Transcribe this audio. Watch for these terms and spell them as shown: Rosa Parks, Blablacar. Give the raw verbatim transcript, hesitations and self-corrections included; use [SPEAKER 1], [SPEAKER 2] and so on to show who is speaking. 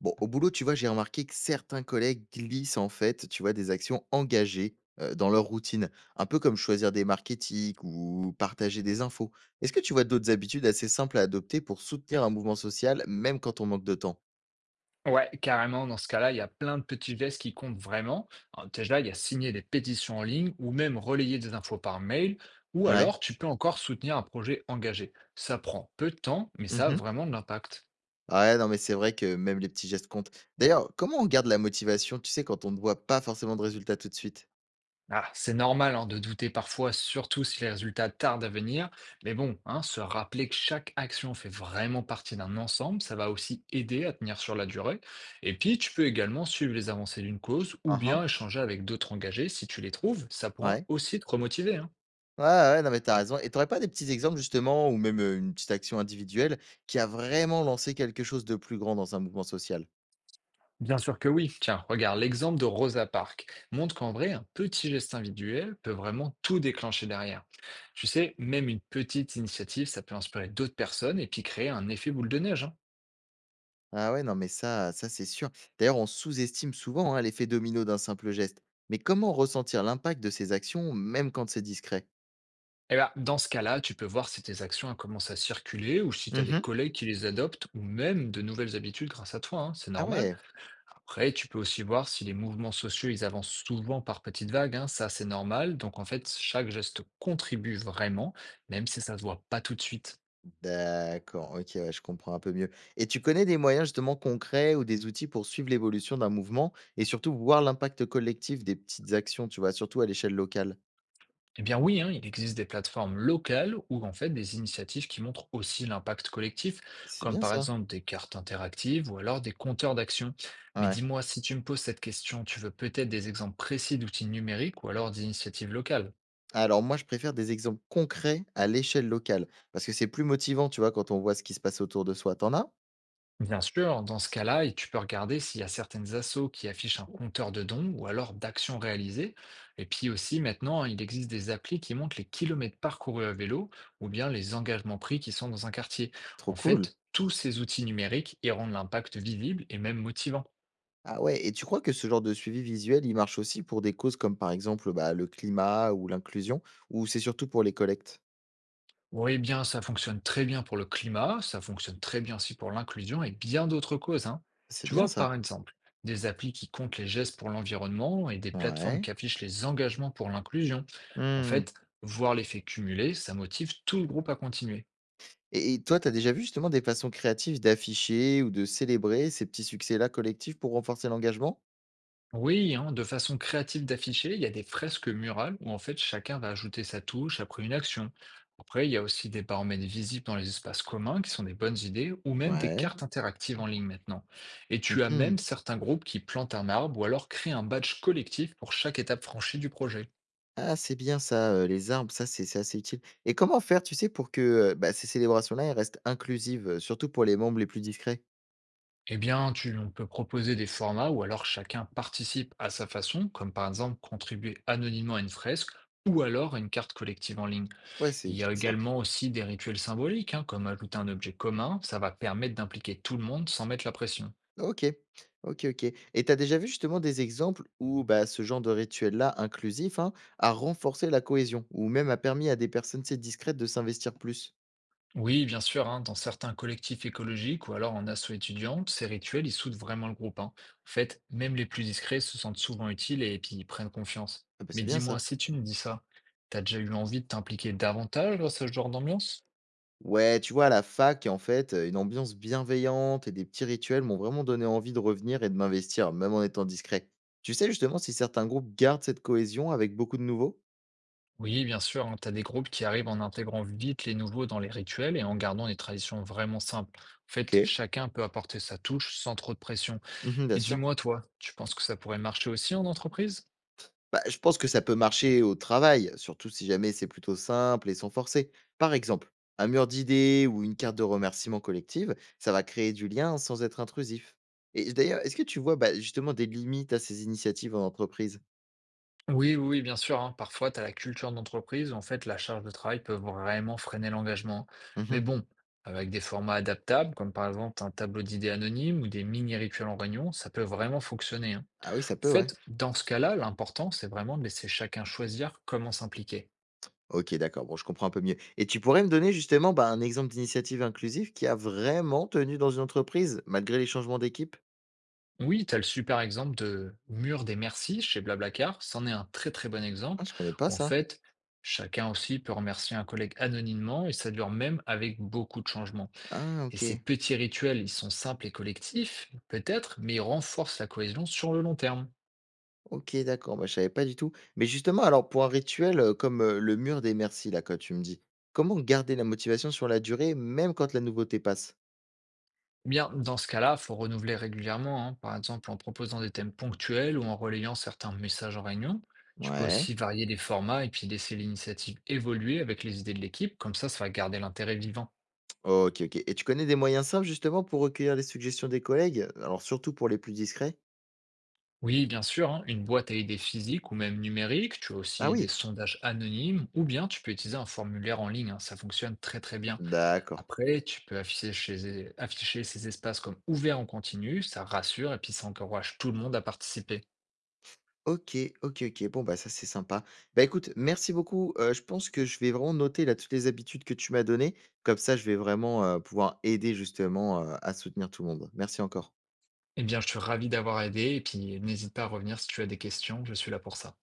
[SPEAKER 1] Bon, au boulot, tu vois, j'ai remarqué que certains collègues glissent en fait, tu vois, des actions engagées euh, dans leur routine, un peu comme choisir des marques éthiques ou partager des infos. Est-ce que tu vois d'autres habitudes assez simples à adopter pour soutenir un mouvement social, même quand on manque de temps?
[SPEAKER 2] Ouais, carrément, dans ce cas-là, il y a plein de petits gestes qui comptent vraiment. Alors, déjà, il y a signer des pétitions en ligne ou même relayer des infos par mail, ou
[SPEAKER 1] Ouais.
[SPEAKER 2] alors tu peux encore soutenir un projet engagé. Ça prend peu de temps, mais ça a
[SPEAKER 1] Mhm.
[SPEAKER 2] vraiment de l'impact.
[SPEAKER 1] Ouais, non, mais c'est vrai que même les petits gestes comptent. D'ailleurs, comment on garde la motivation, tu sais, quand on ne voit pas forcément de résultats tout de suite?
[SPEAKER 2] Ah, c'est normal hein, de douter parfois, surtout si les résultats tardent à venir, mais bon, hein, se rappeler que chaque action fait vraiment partie d'un ensemble, ça va aussi aider à tenir sur la durée. Et puis, tu peux également suivre les avancées d'une cause ou
[SPEAKER 1] Ah ah.
[SPEAKER 2] bien échanger avec d'autres engagés si tu les trouves, ça pourra
[SPEAKER 1] Ouais.
[SPEAKER 2] aussi te remotiver, hein.
[SPEAKER 1] Ouais, ouais, non, mais t'as raison et t'aurais pas des petits exemples justement ou même, heu, une petite action individuelle qui a vraiment lancé quelque chose de plus grand dans un mouvement social?
[SPEAKER 2] Bien sûr que oui. Tiens, regarde, l'exemple de Rosa Parks montre qu'en vrai, un petit geste individuel peut vraiment tout déclencher derrière. Tu sais, même une petite initiative, ça peut inspirer d'autres personnes et puis créer un effet boule de neige, hein.
[SPEAKER 1] Ah ouais, non, mais ça ça c'est sûr. D'ailleurs, on sous-estime souvent, hein, l'effet domino d'un simple geste. Mais comment ressentir l'impact de ces actions même quand c'est discret?
[SPEAKER 2] Et ben, dans ce cas-là, tu peux voir si tes actions elles commencent à circuler ou si tu as des
[SPEAKER 1] Mmh.
[SPEAKER 2] collègues qui les adoptent ou même de nouvelles habitudes grâce à toi, hein, c'est
[SPEAKER 1] Ah
[SPEAKER 2] normal.
[SPEAKER 1] ouais,
[SPEAKER 2] Après, tu peux aussi voir si les mouvements sociaux, ils avancent souvent par petites vagues, hein, ça c'est normal. Donc en fait, chaque geste contribue vraiment, même si ça ne se voit pas tout de suite.
[SPEAKER 1] d'accord, OK, ouais, je comprends un peu mieux et tu connais des moyens justement concrets ou des outils pour suivre l'évolution d'un mouvement et surtout voir l'impact collectif des petites actions, tu vois? Surtout à l'échelle locale.
[SPEAKER 2] Eh bien oui, hein, il existe des plateformes locales ou en fait des initiatives qui montrent aussi l'impact collectif,
[SPEAKER 1] C'est
[SPEAKER 2] comme
[SPEAKER 1] bien
[SPEAKER 2] par
[SPEAKER 1] ça.
[SPEAKER 2] exemple des cartes interactives ou alors des compteurs d'action. Mais
[SPEAKER 1] Ouais.
[SPEAKER 2] dis-moi, si tu me poses cette question, tu veux peut-être des exemples précis d'outils numériques ou alors d'initiatives locales?
[SPEAKER 1] Alors moi, je préfère des exemples concrets à l'échelle locale, parce que c'est plus motivant, tu vois, quand on voit ce qui se passe autour de soi. T'en as?
[SPEAKER 2] Bien sûr, dans ce cas-là, et tu peux regarder s'il y a certaines assos qui affichent un compteur de dons ou alors d'actions réalisées. Et puis aussi, maintenant, hein, il existe des applis qui montrent les kilomètres parcourus à vélo ou bien les engagements pris qui sont dans un quartier. En
[SPEAKER 1] Trop cool.
[SPEAKER 2] fait, tous ces outils numériques y rendent l'impact visible et même motivant.
[SPEAKER 1] Ah ouais, et tu crois que ce genre de suivi visuel, il marche aussi pour des causes comme par exemple bah, le climat ou l'inclusion, ou c'est surtout pour les collectes?
[SPEAKER 2] Oui, bien, ça fonctionne très bien pour le climat, ça fonctionne très bien aussi pour l'inclusion et bien d'autres causes, hein.
[SPEAKER 1] C'est
[SPEAKER 2] Tu
[SPEAKER 1] bien
[SPEAKER 2] vois,
[SPEAKER 1] ça.
[SPEAKER 2] par exemple, des applis qui comptent les gestes pour l'environnement et des plateformes
[SPEAKER 1] Ouais.
[SPEAKER 2] qui affichent les engagements pour l'inclusion. En
[SPEAKER 1] Hmm.
[SPEAKER 2] fait, voir l'effet cumulé, ça motive tout le groupe à continuer.
[SPEAKER 1] Et, et toi, t'as déjà vu justement des façons créatives d'afficher ou de célébrer ces petits succès-là collectifs pour renforcer l'engagement?
[SPEAKER 2] Oui, hein, de façon créative d'afficher, il y a des fresques murales où en fait chacun va ajouter sa touche après une action. Après, il y a aussi des baromètres visibles dans les espaces communs qui sont des bonnes idées, ou même des
[SPEAKER 1] Ouais.
[SPEAKER 2] cartes interactives en ligne maintenant. Et tu as même certains groupes qui plantent un arbre ou alors créent un badge collectif pour chaque étape franchie du projet.
[SPEAKER 1] Ah, c'est bien ça, heu, les arbres, ça, c'est c'est assez utile et comment faire, tu sais, pour que, heu, bah, ces célébrations-là, elles restent inclusives, heu, surtout pour les membres les plus discrets?
[SPEAKER 2] Eh bien, tu, on peut proposer des formats où alors chacun participe à sa façon, comme par exemple contribuer anonymement à une fresque ou alors à une carte collective en ligne.
[SPEAKER 1] Ouais, c'est
[SPEAKER 2] Il y a
[SPEAKER 1] utile ça.
[SPEAKER 2] également aussi des rituels symboliques, hein, comme ajouter un objet commun, ça va permettre d'impliquer tout le monde sans mettre la pression.
[SPEAKER 1] OK. OK, OK, et t'as déjà vu justement des exemples où, bah, ce genre de rituel-là, inclusif, hein, a renforcé la cohésion ou même a permis à des personnes, tu sais, discrètes de s'investir plus?
[SPEAKER 2] Oui, bien sûr, hein, dans certains collectifs écologiques ou alors en assaut étudiant, ces rituels, ils soudent vraiment le groupe, hein. En fait, même les plus discrets se sentent souvent utiles et puis ils prennent confiance.
[SPEAKER 1] Ah, bah,
[SPEAKER 2] Mais
[SPEAKER 1] c'est bien
[SPEAKER 2] dis-moi,
[SPEAKER 1] ça.
[SPEAKER 2] si tu me dis ça, t'as déjà eu envie de t'impliquer davantage dans ce genre d'ambiance?
[SPEAKER 1] Ouais, tu vois, à la fac, en fait, euh, une ambiance bienveillante et des petits rituels m'ont vraiment donné envie de revenir et de m'investir, même en étant discret. Tu sais justement si certains groupes gardent cette cohésion avec beaucoup de nouveaux?
[SPEAKER 2] Oui, bien sûr, tu as des groupes qui arrivent en intégrant vite les nouveaux dans les rituels et en gardant des traditions vraiment simples. En fait,
[SPEAKER 1] Ok.
[SPEAKER 2] chacun peut apporter sa touche sans trop de pression.
[SPEAKER 1] Mhm, bien
[SPEAKER 2] Et
[SPEAKER 1] sûr.
[SPEAKER 2] dis-moi, toi, tu penses que ça pourrait marcher aussi en entreprise?
[SPEAKER 1] Bah, je pense que ça peut marcher au travail, surtout si jamais c'est plutôt simple et sans forcer. Par exemple, un mur d'idées ou une carte de remerciement collective, ça va créer du lien sans être intrusif. Et d'ailleurs, est-ce que tu vois bah, justement des limites à ces initiatives en entreprise?
[SPEAKER 2] Oui, oui, oui, bien sûr, hein. Parfois, tu as la culture d'entreprise où en fait la charge de travail peut vraiment freiner l'engagement. Mais
[SPEAKER 1] Mhm.
[SPEAKER 2] bon, avec des formats adaptables, comme par exemple un tableau d'idées anonyme ou des mini-rituels en réunion, ça peut vraiment fonctionner, hein.
[SPEAKER 1] Ah oui, ça
[SPEAKER 2] En
[SPEAKER 1] peut, ouais.
[SPEAKER 2] fait, dans ce cas-là, l'important, c'est vraiment de laisser chacun choisir comment s'impliquer.
[SPEAKER 1] OK, d'accord. Bon, je comprends un peu mieux et tu pourrais me donner justement, bah, un exemple d'initiative inclusive qui a vraiment tenu dans une entreprise, malgré les changements d'équipe?
[SPEAKER 2] Oui, t'as le super exemple de Mur des Merci chez Blablacar. C'en est un très très bon exemple
[SPEAKER 1] Ah, je connais pas
[SPEAKER 2] où en
[SPEAKER 1] ça.
[SPEAKER 2] fait, chacun aussi peut remercier un collègue anonymement et ça dure même avec beaucoup de changements.
[SPEAKER 1] Ah,
[SPEAKER 2] Et ces
[SPEAKER 1] OK.
[SPEAKER 2] petits rituels, ils sont simples et collectifs, peut-être, mais ils renforcent la cohésion sur le long terme.
[SPEAKER 1] OK, d'accord. Bah, je savais pas du tout. Mais justement, alors pour un rituel, heu, comme, heu, le mur des merci là quand tu me dis, comment garder la motivation sur la durée, même quand la nouveauté passe?
[SPEAKER 2] Bien, dans ce cas-là, faut renouveler régulièrement, hein, par exemple en proposant des thèmes ponctuels ou en relayant certains messages en réunion. Tu peux
[SPEAKER 1] Ouais.
[SPEAKER 2] aussi varier les formats et puis laisser l'initiative évoluer avec les idées de l'équipe, comme ça, ça va garder l'intérêt vivant.
[SPEAKER 1] OK, OK, et tu connais des moyens simples justement pour recueillir les suggestions des collègues? Alors surtout pour les plus discrets?
[SPEAKER 2] Oui, bien sûr, hein, une boîte à idées physique ou même numérique. Tu as
[SPEAKER 1] Ah
[SPEAKER 2] aussi des
[SPEAKER 1] oui?
[SPEAKER 2] sondages anonymes ou bien tu peux utiliser un formulaire en ligne, hein, ça fonctionne très très bien.
[SPEAKER 1] D'accord.
[SPEAKER 2] Après, tu peux afficher, chez- e, afficher ces espaces comme ouverts en continu. Ça rassure et puis ça encourage tout le monde à participer.
[SPEAKER 1] OK, OK, OK. Bon, bah, ça, c'est sympa. Bah, écoute, merci beaucoup. Heu, je pense que je vais vraiment noter, là, toutes les habitudes que tu m'as données. Comme ça, je vais vraiment, heu, pouvoir aider justement, heu, à soutenir tout le monde. Merci encore.
[SPEAKER 2] Eh bien, je suis ravi d'avoir aidé et puis n'hésite pas à revenir si tu as des questions. Je suis là pour ça.